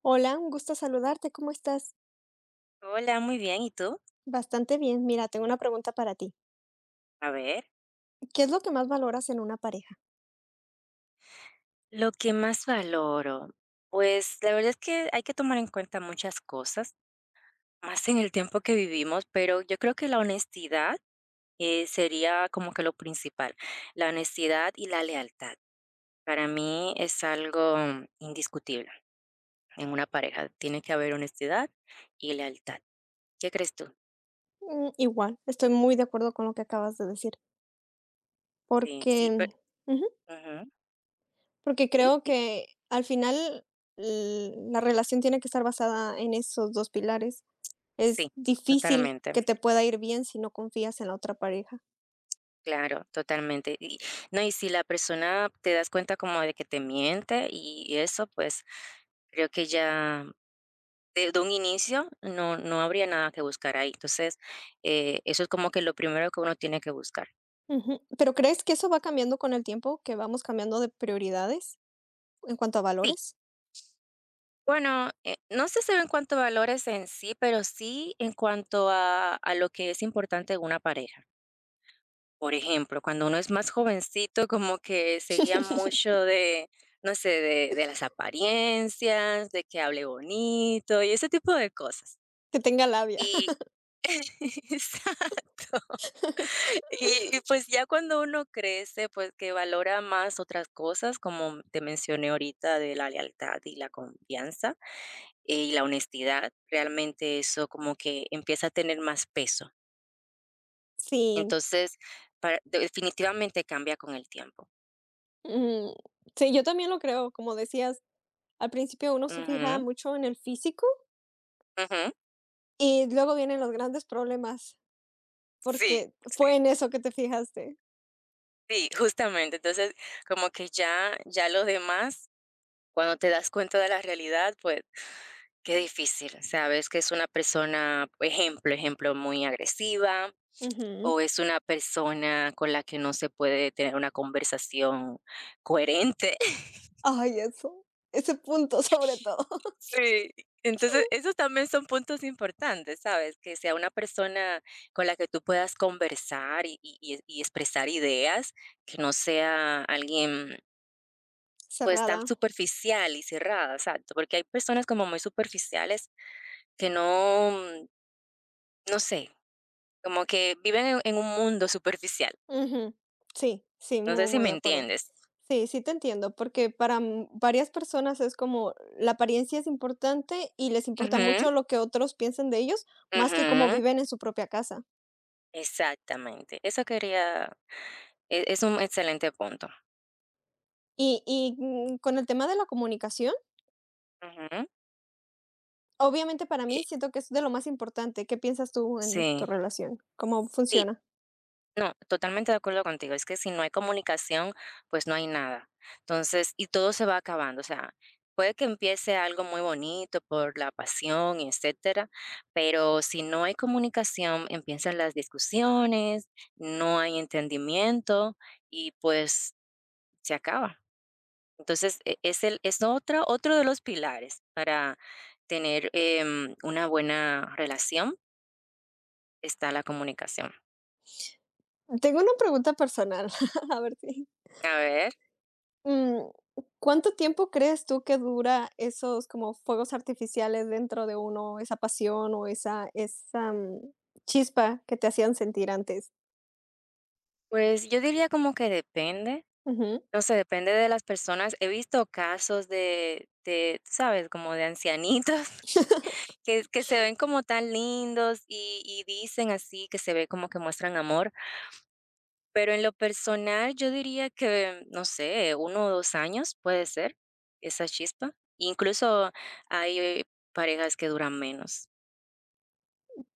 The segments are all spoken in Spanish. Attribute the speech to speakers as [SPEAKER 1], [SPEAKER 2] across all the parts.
[SPEAKER 1] Hola, un gusto saludarte, ¿cómo estás?
[SPEAKER 2] Hola, muy bien, ¿y tú?
[SPEAKER 1] Bastante bien. Mira, tengo una pregunta para ti.
[SPEAKER 2] A ver.
[SPEAKER 1] ¿Qué es lo que más valoras en una pareja?
[SPEAKER 2] Lo que más valoro, pues, la verdad es que hay que tomar en cuenta muchas cosas, más en el tiempo que vivimos, pero yo creo que la honestidad, sería como que lo principal, la honestidad y la lealtad. Para mí es algo indiscutible en una pareja, tiene que haber honestidad y lealtad. ¿Qué crees tú?
[SPEAKER 1] Igual, estoy muy de acuerdo con lo que acabas de decir,
[SPEAKER 2] Sí,
[SPEAKER 1] porque
[SPEAKER 2] sí, pe
[SPEAKER 1] ujú,
[SPEAKER 2] ujú,
[SPEAKER 1] porque
[SPEAKER 2] sí,
[SPEAKER 1] creo
[SPEAKER 2] sí,
[SPEAKER 1] que al final la relación tiene que estar basada en esos dos pilares. Es
[SPEAKER 2] sí,
[SPEAKER 1] difícil
[SPEAKER 2] totalmente.
[SPEAKER 1] que te pueda ir bien si no confías en la otra pareja.
[SPEAKER 2] Claro, totalmente. Y no, y si la persona te das cuenta como de que te miente y eso, pues creo que ya de un inicio no, no habría nada que buscar ahí. Entonces, eso es como que lo primero que uno tiene que buscar.
[SPEAKER 1] Ujú, ¿pero crees que eso va cambiando con el tiempo, que vamos cambiando de prioridades en cuanto a
[SPEAKER 2] Sí,
[SPEAKER 1] valores?
[SPEAKER 2] bueno, no sé si en cuanto a valores en sí, pero sí en cuanto a, lo que es importante en una pareja. Por ejemplo, cuando uno es más jovencito, como que se guía mucho de, no sé, de las apariencias, de que hable bonito y ese tipo de cosas.
[SPEAKER 1] Que tenga labia.
[SPEAKER 2] Y exacto. Y pues ya cuando uno crece, pues que valora más otras cosas, como te mencioné ahorita, de la lealtad y la confianza y la honestidad, realmente eso como que empieza a tener más peso.
[SPEAKER 1] Sí.
[SPEAKER 2] Entonces, definitivamente cambia con el tiempo.
[SPEAKER 1] Mm, sí, yo también lo creo, como decías, al principio uno se fija
[SPEAKER 2] Ujú.
[SPEAKER 1] mucho en el físico
[SPEAKER 2] Ujú.
[SPEAKER 1] y luego vienen los grandes problemas,
[SPEAKER 2] Sí,
[SPEAKER 1] porque
[SPEAKER 2] sí,
[SPEAKER 1] fue en eso que te fijaste.
[SPEAKER 2] sí, justamente. Entonces, como que ya los demás, cuando te das cuenta de la realidad, pues, qué difícil. Sabes que es una persona, ejemplo, muy agresiva,
[SPEAKER 1] Ujú.
[SPEAKER 2] o es una persona con la que no se puede tener una conversación coherente.
[SPEAKER 1] Ay, eso, ese punto sobre todo.
[SPEAKER 2] Sí. Entonces, esos también son puntos importantes, ¿sabes? Que sea una persona con la que tú puedas conversar y expresar ideas, que no sea alguien. Pues, tan
[SPEAKER 1] Cerrada.
[SPEAKER 2] superficial y cerrada, exacto, porque hay personas como muy superficiales que no, no sé, como que viven en un mundo superficial,
[SPEAKER 1] Ujú. Sí, sí,
[SPEAKER 2] no sé
[SPEAKER 1] muy,
[SPEAKER 2] si
[SPEAKER 1] muy
[SPEAKER 2] me
[SPEAKER 1] de acuerdo.
[SPEAKER 2] entiendes.
[SPEAKER 1] Sí, sí te entiendo, porque para varias personas es como la apariencia es importante y les importa
[SPEAKER 2] Ujú,
[SPEAKER 1] mucho lo que otros piensan de ellos, más que cómo
[SPEAKER 2] ujú,
[SPEAKER 1] viven en su propia casa.
[SPEAKER 2] exactamente, eso quería es un excelente punto.
[SPEAKER 1] Y con el tema de la comunicación.
[SPEAKER 2] Ujú,
[SPEAKER 1] Obviamente para
[SPEAKER 2] eh,
[SPEAKER 1] mí siento que es de lo más importante. ¿Qué piensas tú en
[SPEAKER 2] sí,
[SPEAKER 1] tu relación? ¿Cómo
[SPEAKER 2] sí.
[SPEAKER 1] funciona?
[SPEAKER 2] No, totalmente de acuerdo contigo. Es que si no hay comunicación, pues no hay nada. Entonces, y todo se va acabando. O sea, puede que empiece algo muy bonito por la pasión, y etcétera, pero si no hay comunicación, empiezan las discusiones, no hay entendimiento y pues se acaba. Entonces, es otro, de los pilares para tener una buena relación, está la comunicación.
[SPEAKER 1] Tengo una pregunta personal, a ver si.
[SPEAKER 2] A ver,
[SPEAKER 1] Mm, ¿cuánto tiempo crees tú que dura esos como fuegos artificiales dentro de uno, esa pasión o esa chispa que te hacían sentir antes?
[SPEAKER 2] pues yo diría como que depende.
[SPEAKER 1] Ujú.
[SPEAKER 2] No sé, depende de las personas. He visto casos de tú sabes, como de ancianitos que se ven como tan lindos y dicen así, que se ve como que muestran amor, pero en lo personal yo diría que, no sé, 1 o 2 años puede ser esa chispa. Incluso hay parejas que duran menos.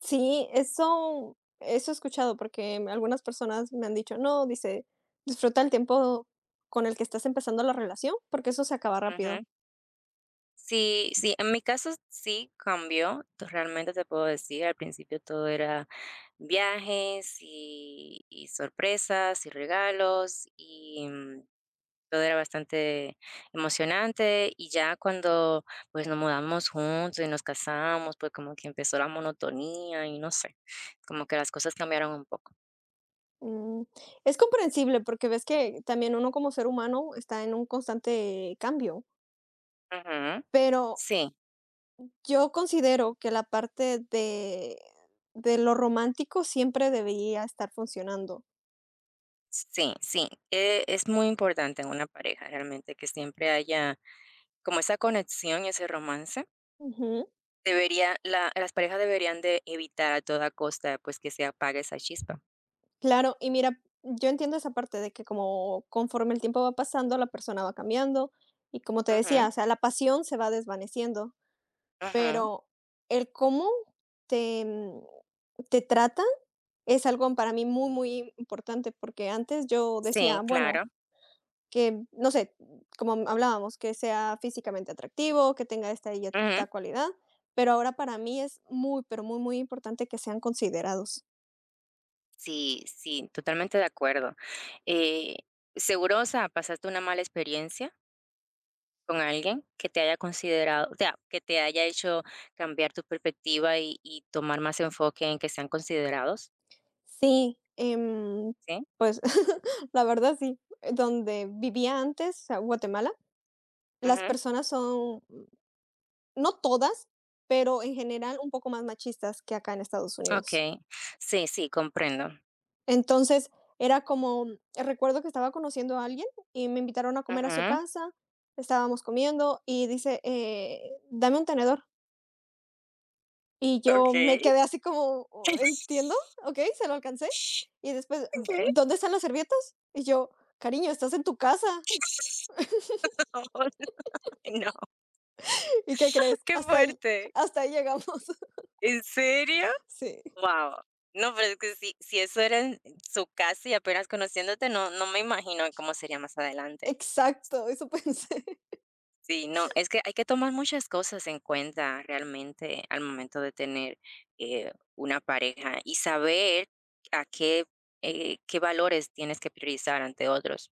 [SPEAKER 1] Sí, eso he escuchado porque algunas personas me han dicho, no, dice, disfruta el tiempo con el que estás empezando la relación porque eso se acaba rápido.
[SPEAKER 2] Ujú. Sí, sí, en mi caso sí cambió, realmente te puedo decir, al principio todo era viajes y sorpresas y regalos y todo era bastante emocionante y ya cuando pues nos mudamos juntos y nos casamos, pues como que empezó la monotonía y no sé, como que las cosas cambiaron un poco.
[SPEAKER 1] Mm, es comprensible porque ves que también uno como ser humano está en un constante cambio,
[SPEAKER 2] Ujú.
[SPEAKER 1] pero
[SPEAKER 2] Sí,
[SPEAKER 1] yo considero que la parte de lo romántico siempre debería estar funcionando.
[SPEAKER 2] sí, sí, es muy importante en una pareja realmente que siempre haya como esa conexión y ese romance,
[SPEAKER 1] Ujú.
[SPEAKER 2] debería la las parejas deberían de evitar a toda costa, pues, que se apague esa chispa.
[SPEAKER 1] Claro, y mira, yo entiendo esa parte de que como conforme el tiempo va pasando, la persona va cambiando y como te
[SPEAKER 2] Ujú,
[SPEAKER 1] decía, o sea, la pasión se va desvaneciendo.
[SPEAKER 2] ujú.
[SPEAKER 1] Pero el cómo te, mm, te tratan es algo para mí muy, muy importante, porque antes yo decía,
[SPEAKER 2] Sí,
[SPEAKER 1] bueno,
[SPEAKER 2] claro.
[SPEAKER 1] que, no sé, como hablábamos, que sea físicamente atractivo, que tenga esta y
[SPEAKER 2] Ujú.
[SPEAKER 1] esta cualidad, pero ahora para mí es muy, pero muy, muy importante que sean considerados.
[SPEAKER 2] Sí, sí, totalmente de acuerdo. Eh, seguro, o sea, pasaste una mala experiencia con alguien que te haya considerado, o sea, que te haya hecho cambiar tu perspectiva y tomar más enfoque en que sean considerados,
[SPEAKER 1] Sí,
[SPEAKER 2] ¿sí?
[SPEAKER 1] pues la verdad sí, donde vivía antes, o sea, Guatemala, las
[SPEAKER 2] Ujú.
[SPEAKER 1] personas son no todas, pero en general un poco más machistas que acá en Estados Unidos.
[SPEAKER 2] Okey. Sí, sí, comprendo.
[SPEAKER 1] Entonces, era como, recuerdo que estaba conociendo a alguien y me invitaron a comer a su
[SPEAKER 2] Ujú.
[SPEAKER 1] casa, estábamos comiendo y dice, dame un tenedor. Y yo me
[SPEAKER 2] Okey.
[SPEAKER 1] quedé así como, "Oh, entiendo, ok, se lo alcancé. Y después,
[SPEAKER 2] ¿Qué?
[SPEAKER 1] ¿dónde están las servietas? Y yo, cariño, estás en tu casa.
[SPEAKER 2] Oh. No,
[SPEAKER 1] ¿Y qué crees?
[SPEAKER 2] qué fuerte.
[SPEAKER 1] Hasta ahí llegamos.
[SPEAKER 2] ¿En serio?
[SPEAKER 1] Sí,
[SPEAKER 2] Wow. No, pero es que si eso era en su casa y apenas conociéndote, no me imagino cómo sería más adelante.
[SPEAKER 1] exacto, eso pensé.
[SPEAKER 2] Sí, no, es que hay que tomar muchas cosas en cuenta realmente al momento de tener, una pareja y saber a qué, qué valores tienes que priorizar ante otros.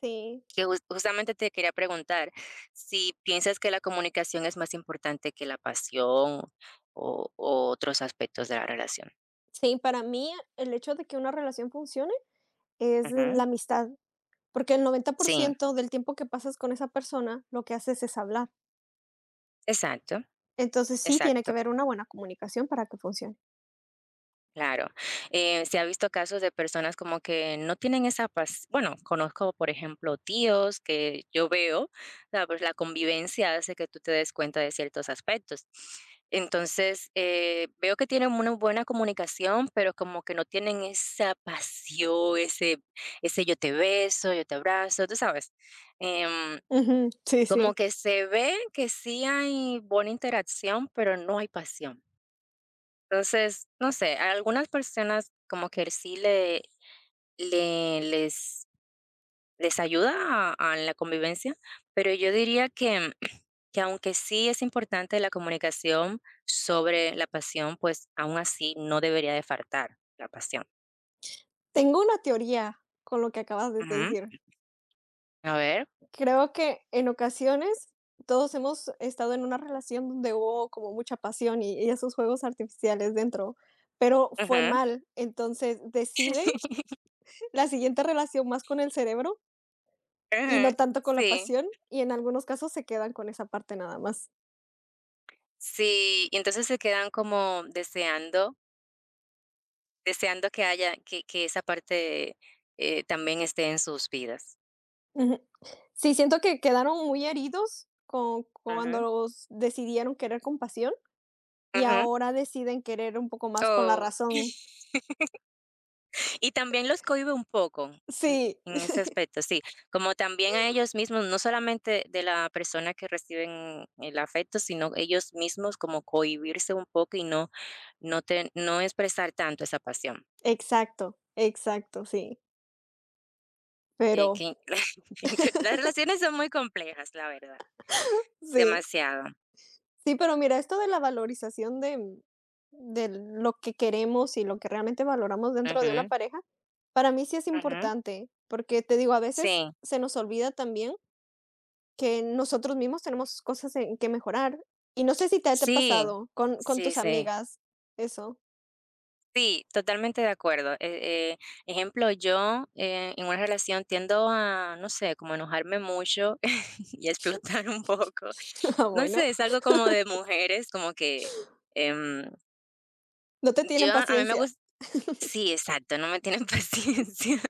[SPEAKER 1] Sí,
[SPEAKER 2] Que justamente te quería preguntar si piensas que la comunicación es más importante que la pasión o otros aspectos de la relación.
[SPEAKER 1] sí, para mí el hecho de que una relación funcione es
[SPEAKER 2] Ujú.
[SPEAKER 1] la amistad, porque el noventa por
[SPEAKER 2] Sí,
[SPEAKER 1] ciento del tiempo que pasas con esa persona, lo que haces es hablar.
[SPEAKER 2] exacto,
[SPEAKER 1] Entonces sí tiene que
[SPEAKER 2] exacto.
[SPEAKER 1] haber una buena comunicación para que funcione.
[SPEAKER 2] Claro, se ha visto casos de personas como que no tienen esa paz. Bueno, conozco, por ejemplo, tíos que yo veo, la, pues, la convivencia hace que tú te des cuenta de ciertos aspectos. Entonces, veo que tienen una buena comunicación, pero como que no tienen esa pasión, ese yo te beso, yo te abrazo, tú sabes. Em,
[SPEAKER 1] Ujú, sí,
[SPEAKER 2] como
[SPEAKER 1] sí.
[SPEAKER 2] que se ve que sí hay buena interacción, pero no hay pasión. Entonces, no sé, a algunas personas como que sí le le les les ayuda a la convivencia, pero yo diría que que aunque sí es importante la comunicación sobre la pasión, pues, aún así no debería de faltar la pasión.
[SPEAKER 1] Tengo una teoría con lo que acabas de
[SPEAKER 2] Ujú.
[SPEAKER 1] decir.
[SPEAKER 2] A ver.
[SPEAKER 1] Creo que en ocasiones todos hemos estado en una relación donde hubo como mucha pasión y esos juegos artificiales dentro, pero fue
[SPEAKER 2] Ujú,
[SPEAKER 1] mal. Entonces deciden la siguiente relación más con el cerebro y no
[SPEAKER 2] ujú,
[SPEAKER 1] tanto con la
[SPEAKER 2] sí,
[SPEAKER 1] pasión, y en algunos casos se quedan con esa parte nada más.
[SPEAKER 2] sí, y entonces se quedan como deseando que haya que esa parte, también esté en sus vidas.
[SPEAKER 1] Ujú. Sí, siento que quedaron muy heridos con cuando
[SPEAKER 2] Ujú,
[SPEAKER 1] los decidieron querer con pasión y
[SPEAKER 2] ujú.
[SPEAKER 1] ahora deciden querer un poco más con la
[SPEAKER 2] Oh,
[SPEAKER 1] razón.
[SPEAKER 2] y también los cohíbe un poco, mm,
[SPEAKER 1] Sí,
[SPEAKER 2] en ese aspecto, sí. Como también a ellos mismos, no solamente de la persona que reciben el afecto, sino ellos mismos como cohibirse un poco y no no te no expresar tanto esa pasión.
[SPEAKER 1] exacto, exacto, sí.
[SPEAKER 2] Que
[SPEAKER 1] Pero
[SPEAKER 2] que las relaciones son muy complejas, la verdad,
[SPEAKER 1] sí,
[SPEAKER 2] demasiado.
[SPEAKER 1] sí, pero mira, esto de la valorización de lo que queremos y lo que realmente valoramos dentro de una
[SPEAKER 2] Ujú,
[SPEAKER 1] pareja, para mí sí es
[SPEAKER 2] ujú.
[SPEAKER 1] importante, porque te digo, a veces
[SPEAKER 2] Sí,
[SPEAKER 1] se nos olvida también que nosotros mismos tenemos cosas en que mejorar. Y no sé si te ha
[SPEAKER 2] sí,
[SPEAKER 1] pasado con
[SPEAKER 2] sí,
[SPEAKER 1] tus
[SPEAKER 2] sí.
[SPEAKER 1] amigas eso.
[SPEAKER 2] Sí, totalmente de acuerdo. Ejemplo, yo en una relación tiendo a, no sé, como enojarme mucho y explotar un poco.
[SPEAKER 1] Ah,
[SPEAKER 2] No
[SPEAKER 1] bueno.
[SPEAKER 2] sé, es algo como de mujeres, como que em,
[SPEAKER 1] No te
[SPEAKER 2] yo,
[SPEAKER 1] tienen
[SPEAKER 2] a mí me
[SPEAKER 1] paciencia.
[SPEAKER 2] gusta, sí, exacto, no me tienen paciencia.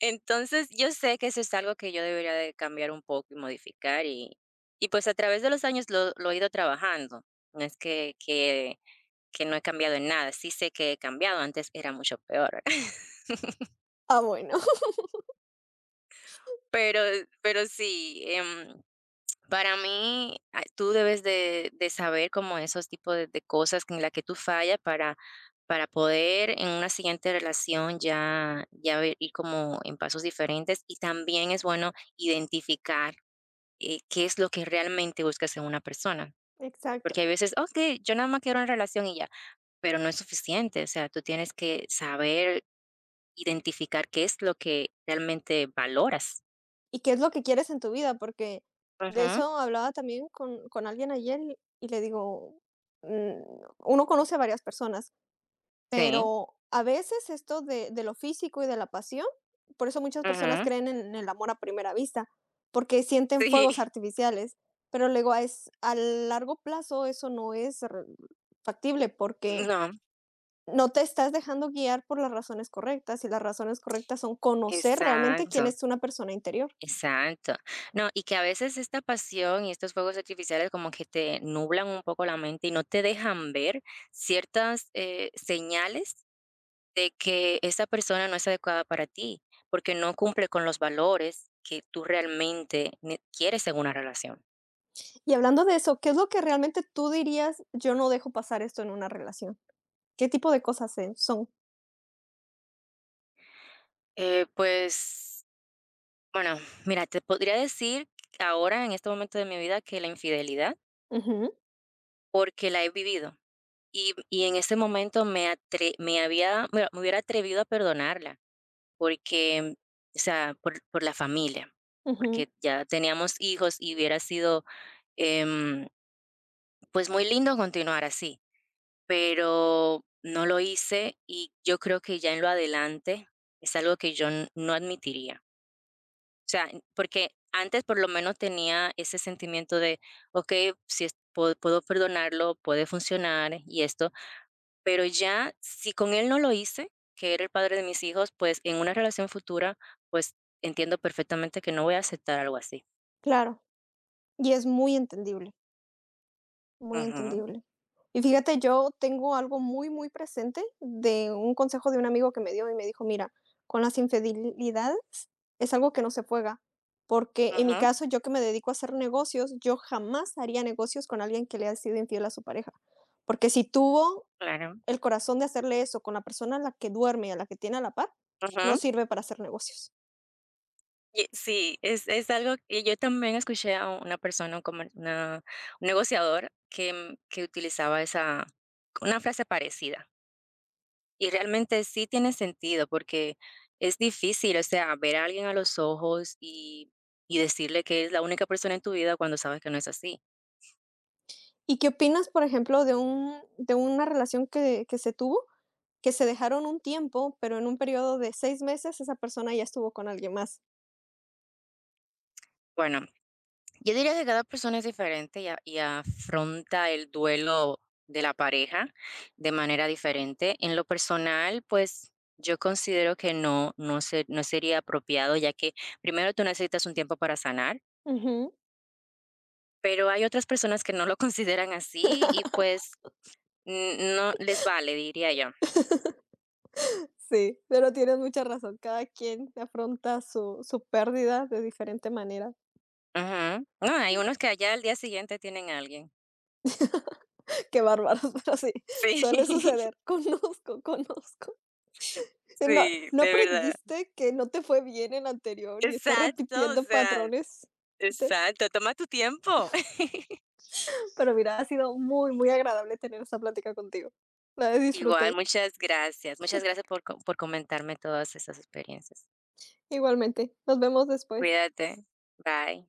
[SPEAKER 2] Entonces, yo sé que eso es algo que yo debería de cambiar un poco y modificar y pues a través de los años lo he ido trabajando. No es que no he cambiado en nada, sí sé que he cambiado, antes era mucho peor.
[SPEAKER 1] Ah, bueno.
[SPEAKER 2] Pero pero sí, para mí, tú debes de saber como esos tipos de cosas en la que tú fallas para poder en una siguiente relación ya ver ir como en pasos diferentes, y también es bueno identificar, qué es lo que realmente buscas en una persona,
[SPEAKER 1] Exacto.
[SPEAKER 2] porque hay veces: "Okey, yo nada más quiero una relación y ya", pero no es suficiente, o sea, tú tienes que saber identificar qué es lo que realmente valoras.
[SPEAKER 1] ¿Y qué es lo que quieres en tu vida? Porque de
[SPEAKER 2] Ujú,
[SPEAKER 1] eso hablaba también con alguien ayer y le digo, mm, uno conoce a varias personas.
[SPEAKER 2] sí,
[SPEAKER 1] Pero a veces esto de lo físico y de la pasión, por eso muchas personas
[SPEAKER 2] ujú.
[SPEAKER 1] creen en el amor a primera vista, porque sienten
[SPEAKER 2] Sí,
[SPEAKER 1] fuegos artificiales, pero luego a es a largo plazo eso no es r factible, porque
[SPEAKER 2] no,
[SPEAKER 1] no te estás dejando guiar por las razones correctas, y las razones correctas son conocer realmente quién
[SPEAKER 2] exacto,
[SPEAKER 1] es una persona interior.
[SPEAKER 2] exacto. No, y que a veces esta pasión y estos fuegos artificiales como que te nublan un poco la mente y no te dejan ver ciertas señales de que esa persona no es adecuada para ti, porque no cumple con los valores que tú realmente quieres en una relación.
[SPEAKER 1] Y hablando de eso, ¿qué es lo que realmente tú dirías: "Yo no dejo pasar esto en una relación"? ¿Qué tipo de cosas se son?
[SPEAKER 2] Pues, bueno, mira, te podría decir ahora en este momento de mi vida que la infidelidad,
[SPEAKER 1] Ujú,
[SPEAKER 2] porque la he vivido. Y en ese momento me atre me había me me hubiera atrevido a perdonarla, porque, o sea, por la familia,
[SPEAKER 1] ujú,
[SPEAKER 2] porque ya teníamos hijos y hubiera sido, em, pues, muy lindo continuar así, pero no lo hice y yo creo que ya en lo adelante es algo que yo n no admitiría. O sea, porque antes por lo menos tenía ese sentimiento de, okey, si es puedo perdonarlo, puede funcionar y esto, pero ya, si con él no lo hice, que era el padre de mis hijos, pues, en una relación futura, pues, entiendo perfectamente que no voy a aceptar algo así.
[SPEAKER 1] claro, y es muy entendible. Muy
[SPEAKER 2] Ujú,
[SPEAKER 1] entendible. Y fíjate, yo tengo algo muy, muy presente de un consejo de un amigo que me dio y me dijo, mira, con las infidelidades es algo que no se juega, porque en mi
[SPEAKER 2] ujú,
[SPEAKER 1] caso, yo que me dedico a hacer negocios, yo jamás haría negocios con alguien que le ha sido infiel a su pareja, porque si tuvo
[SPEAKER 2] claro,
[SPEAKER 1] el corazón de hacerle eso con la persona a la que duerme y a la que tiene a la par, no
[SPEAKER 2] ujú.
[SPEAKER 1] sirve para hacer negocios.
[SPEAKER 2] Y sí, es algo y yo también escuché a una persona, un comer una un negociador que utilizaba esa una frase parecida, y realmente sí tiene sentido, porque es difícil, o sea, ver a alguien a los ojos y decirle que es la única persona en tu vida cuando sabes que no es así.
[SPEAKER 1] ¿Y qué opinas, por ejemplo, de una relación que se dejaron un tiempo, pero en un periodo de 6 meses esa persona ya estuvo con alguien más?
[SPEAKER 2] Bueno. Yo diría que cada persona es diferente y, y afronta el duelo de la pareja de manera diferente. En lo personal, pues yo considero que no, no, no sería apropiado, ya que primero tú necesitas un tiempo para sanar,
[SPEAKER 1] Ujú.
[SPEAKER 2] pero hay otras personas que no lo consideran así y pues no les vale, diría yo.
[SPEAKER 1] Sí, pero tienes mucha razón. Cada quien afronta su pérdida de diferente manera.
[SPEAKER 2] Ujú. No, hay unos que allá al día siguiente tienen a alguien.
[SPEAKER 1] Qué bárbaros, pero sí,
[SPEAKER 2] Sí,
[SPEAKER 1] suele suceder. Conozco, conozco. No,
[SPEAKER 2] sí,
[SPEAKER 1] ¿no
[SPEAKER 2] de verdad.
[SPEAKER 1] aprendiste que no te fue bien en anterior y estás
[SPEAKER 2] Exacto, o
[SPEAKER 1] repitiendo
[SPEAKER 2] sea,
[SPEAKER 1] patrones? Te-
[SPEAKER 2] exacto, toma tu tiempo.
[SPEAKER 1] Pero mira, ha sido muy, muy agradable tener esta plática contigo. La
[SPEAKER 2] Igual,
[SPEAKER 1] disfruté.
[SPEAKER 2] muchas gracias. Muchas gracias por co por comentarme todas esas experiencias.
[SPEAKER 1] Igualmente. Nos vemos después.
[SPEAKER 2] Cuídate. Bye.